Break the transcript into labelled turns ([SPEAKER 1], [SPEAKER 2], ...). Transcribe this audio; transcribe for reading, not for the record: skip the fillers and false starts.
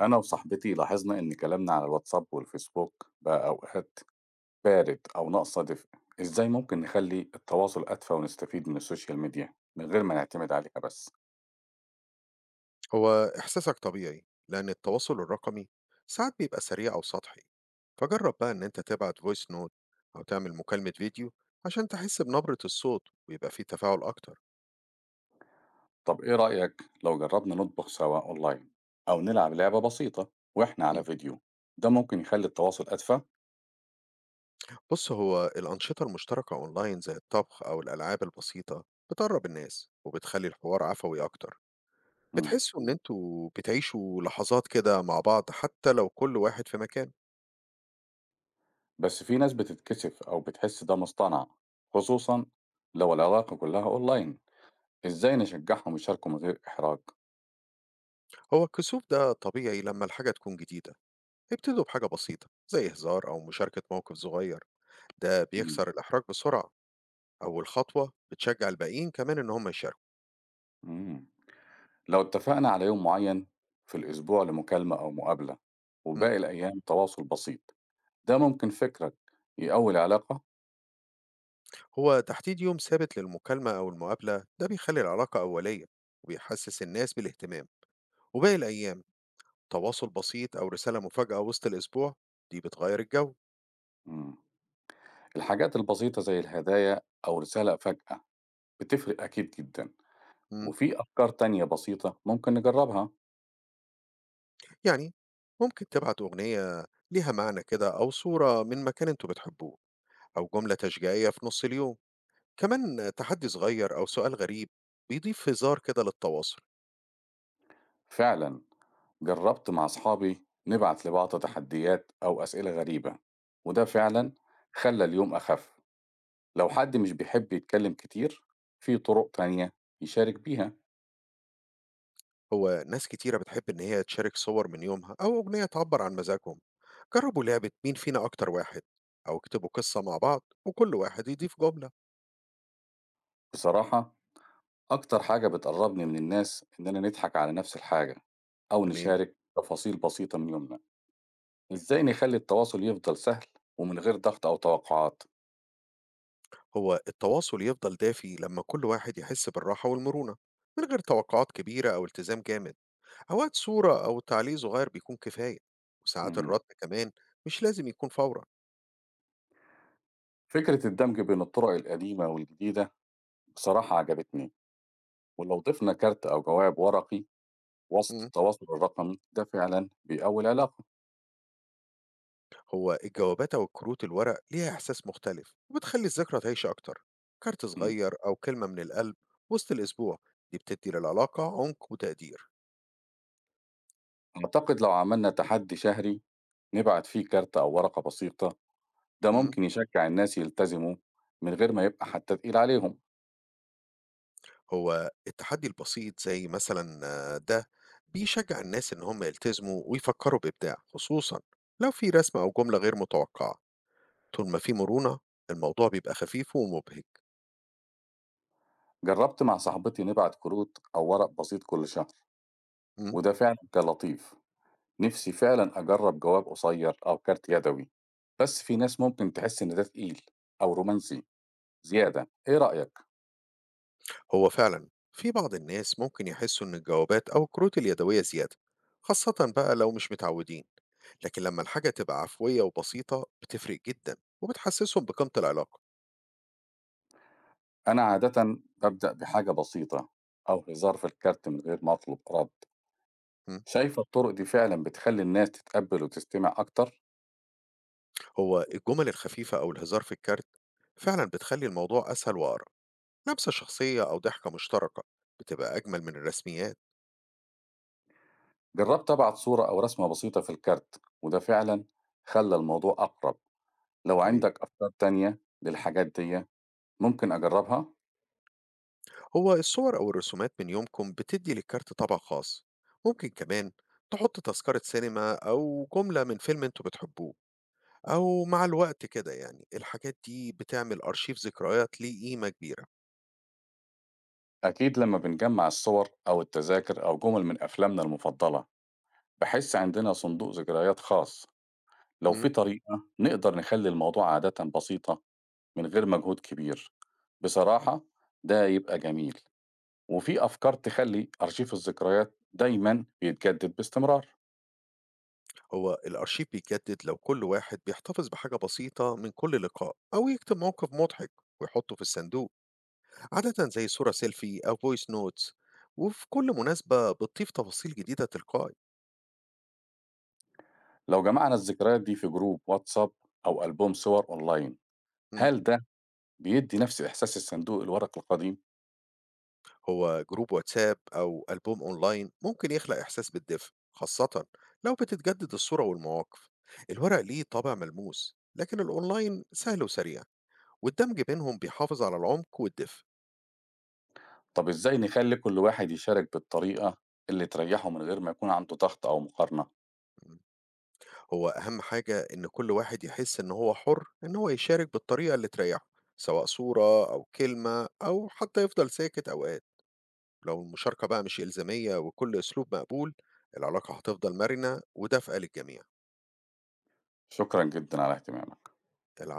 [SPEAKER 1] أنا وصاحبتي لاحظنا إن كلامنا على الواتساب والفيسبوك بقى أوقات بارد أو ناقص دفء، إزاي ممكن نخلي التواصل أدفى ونستفيد من السوشيال ميديا من غير ما نعتمد عليها بس؟
[SPEAKER 2] هو إحساسك طبيعي لأن التواصل الرقمي ساعات بيبقى سريع أو سطحي. فجرب بقى إن أنت تبعت فويس نوت أو تعمل مكالمة فيديو عشان تحس بنبرة الصوت ويبقى فيه تفاعل أكتر.
[SPEAKER 1] طب إيه رأيك لو جربنا نطبخ سوا أونلاين أو نلعب لعبة بسيطة وإحنا
[SPEAKER 2] مم.
[SPEAKER 1] على فيديو، ده ممكن يخلي التواصل أدفى؟
[SPEAKER 2] بص، هو الأنشطة المشتركة أونلاين زي الطبخ أو الألعاب البسيطة بتقرب الناس وبتخلي الحوار عفوي أكتر.
[SPEAKER 1] مم.
[SPEAKER 2] بتحسوا إن أنتوا بتعيشوا لحظات كده مع بعض حتى لو كل واحد في مكان.
[SPEAKER 1] بس في ناس بتتكسف أو بتحس ده مصطنع، خصوصًا لو العلاقة كلها أونلاين، إزاي نشجعهم يشاركوا من غير إحراج؟
[SPEAKER 2] هو الكسوف ده طبيعي لما الحاجة تكون جديدة. ابتدوا بحاجة بسيطة زي هزار أو مشاركة موقف صغير، ده
[SPEAKER 1] مم.
[SPEAKER 2] بيكسر الإحراج بسرعة. أول خطوة بتشجع الباقيين كمان إن هم يشاركوا.
[SPEAKER 1] مم. لو اتفقنا على يوم معين في الأسبوع لمكالمة أو مقابلة
[SPEAKER 2] م.
[SPEAKER 1] وباقي الأيام تواصل بسيط، ده ممكن فكرك يقوي العلاقة؟
[SPEAKER 2] هو تحديد يوم ثابت للمكالمة أو المقابلة ده بيخلي العلاقة أولية وبيحسس الناس بالاهتمام. وباقي الأيام تواصل بسيط أو رسالة مفاجأة وسط الأسبوع، دي بتغير الجو.
[SPEAKER 1] مم. الحاجات البسيطة زي الهدايا أو رسالة فجأة بتفرق أكيد جدا.
[SPEAKER 2] م.
[SPEAKER 1] وفي أفكار تانية بسيطة ممكن نجربها؟
[SPEAKER 2] يعني ممكن تبعت أغنية ليها معنى كده، أو صورة من مكان أنتوا بتحبوه، أو جملة تشجيعية في نص اليوم. كمان تحدي صغير أو سؤال غريب بيضيف هزار كده للتواصل.
[SPEAKER 1] فعلا جربت مع أصحابي نبعت لبعض تحديات أو أسئلة غريبة، وده فعلا خلى اليوم أخف. لو حد مش بيحب يتكلم كتير، في طرق تانية يشارك بيها؟
[SPEAKER 2] هو ناس كتيرة بتحب إن هي تشارك صور من يومها أو أغنية تعبر عن مزاجهم. جربوا لعبة مين فينا أكتر واحد، أو اكتبوا قصة مع بعض وكل واحد يضيف جملة.
[SPEAKER 1] بصراحة أكتر حاجة بتقربني من الناس إننا نضحك على نفس الحاجة أو
[SPEAKER 2] تمام.
[SPEAKER 1] نشارك تفاصيل بسيطة من يومنا، إزاي نخلي التواصل يفضل سهل ومن غير ضغط أو توقعات؟
[SPEAKER 2] هو التواصل يفضل دافي لما كل واحد يحس بالراحة والمرونة، من غير توقعات كبيرة أو التزام جامد. أوقات صورة أو تعليق صغير بيكون كفاية. وساعات
[SPEAKER 1] مم.
[SPEAKER 2] الرد كمان مش لازم يكون فورا.
[SPEAKER 1] فكرة الدمج بين الطرق القديمة والجديدة بصراحة عجبتني، ولو ضفنا كارت أو جواب ورقي وسط
[SPEAKER 2] إمم.
[SPEAKER 1] التواصل الرقمي ده فعلا بيقوي العلاقة.
[SPEAKER 2] هو الجوابات أو كروت الورق ليها إحساس مختلف وبتخلي الذكرى تعيش أكتر. كارت
[SPEAKER 1] مم.
[SPEAKER 2] صغير أو كلمة من القلب وسط الأسبوع، دي بتدي للعلاقة عمق وتقدير.
[SPEAKER 1] أعتقد لو عملنا تحدي شهري نبعت فيه كارت أو ورقة بسيطة، ده
[SPEAKER 2] مم.
[SPEAKER 1] ممكن يشجع الناس يلتزموا من غير ما يبقى حتى تقيل عليهم.
[SPEAKER 2] هو التحدي البسيط زي مثلا آه، ده بيشجع الناس إن هم يلتزموا ويفكروا بإبداع، خصوصا لو في رسمة أو جملة غير متوقعة. طول ما في مرونة، الموضوع بيبقى خفيف ومبهج.
[SPEAKER 1] جرّبت مع صاحبتي نبعت كروت أو ورق بسيط كل شهر،
[SPEAKER 2] مم.
[SPEAKER 1] وده فعلًا كان لطيف. نفسي فعلًا أجرّب جواب قصير أو كارت يدوي، بس في ناس ممكن تحس إن ده تقيل أو رومانسي زيادة، إيه رأيك؟
[SPEAKER 2] هو فعلا في بعض الناس ممكن يحسوا إن الجوابات أو الكروت اليدوية زيادة، خاصة بقى لو مش متعودين. لكن لما الحاجة تبقى عفوية وبسيطة بتفرق جدا وبتحسسهم بقيمة العلاقة.
[SPEAKER 1] أنا عادةً بابدأ بحاجة بسيطة أو هزار في الكارت من غير ما أطلب رد.
[SPEAKER 2] مم.
[SPEAKER 1] شايفة الطرق دي فعلًا بتخلّي الناس تتقبّل وتستمع أكتر؟
[SPEAKER 2] هو الجمل الخفيفة أو الهزار في الكارت فعلا بتخلي الموضوع أسهل وأقرب. لمسة شخصية أو ضحكة مشتركة بتبقى أجمل من الرسميات.
[SPEAKER 1] جرّبت أبعت صورة أو رسمة بسيطة في الكارت، وده فعلًا خلّى الموضوع أقرب. لو
[SPEAKER 2] تمام.
[SPEAKER 1] عندك أفكار تانية للحاجات ديّة ممكن أجرّبها؟
[SPEAKER 2] هو الصور أو الرسومات من يومكم بتدي للكارت طبع خاص. ممكن كمان تحط تذكرة سينما أو جملة من فيلم أنتوا بتحبوه. أو مع الوقت كده يعني الحاجات دي بتعمل أرشيف ذكريات ليه قيمة كبيرة.
[SPEAKER 1] أكيد لما بنجمع الصور أو التذاكر أو جمل من أفلامنا المفضلة بحس عندنا صندوق ذكريات خاص. لو في
[SPEAKER 2] مم.
[SPEAKER 1] طريقة نقدر نخلي الموضوع عادة بسيطة من غير مجهود كبير، بصراحة ده يبقى جميل. وفي أفكار تخلي أرشيف الذكريات دايما بيتجدد باستمرار؟
[SPEAKER 2] هو الأرشيف بيتجدد لو كل واحد بيحتفظ بحاجة بسيطة من كل لقاء أو يكتب موقف مضحك ويحطه في الصندوق. عادة زي صورة سيلفي أو فويس نوتس، وفي كل مناسبة بتضيف تفاصيل جديدة تلقائي.
[SPEAKER 1] لو جمعنا الذكريات دي في جروب واتساب أو ألبوم صور أونلاين،
[SPEAKER 2] مم.
[SPEAKER 1] هل ده بيدي نفس إحساس الصندوق الورق القديم؟
[SPEAKER 2] هو جروب واتساب أو ألبوم أونلاين ممكن يخلق إحساس بالدفء، خاصة لو بتتجدد الصورة والمواقف. الورق ليه طابع ملموس، لكن الأونلاين سهل وسريع، والدمج بينهم بيحافظ على العمق والدفء.
[SPEAKER 1] طب إزاي نخلّي كل واحد يشارك بالطريقة اللي تريّحه من غير ما يكون عنده ضغط أو مقارنة؟
[SPEAKER 2] هو أهم حاجة إن كل واحد يحس إن هو حر إن هو يشارك بالطريقة اللي تريحه، سواء صورة أو كلمة أو حتى يفضل ساكت أوقات. لو المشاركة بقى مش إلزامية وكل أسلوب مقبول، العلاقة هتفضل مرنة ودافئة للجميع.
[SPEAKER 1] شكرًا جدًا على اهتمامك.
[SPEAKER 2] العفو.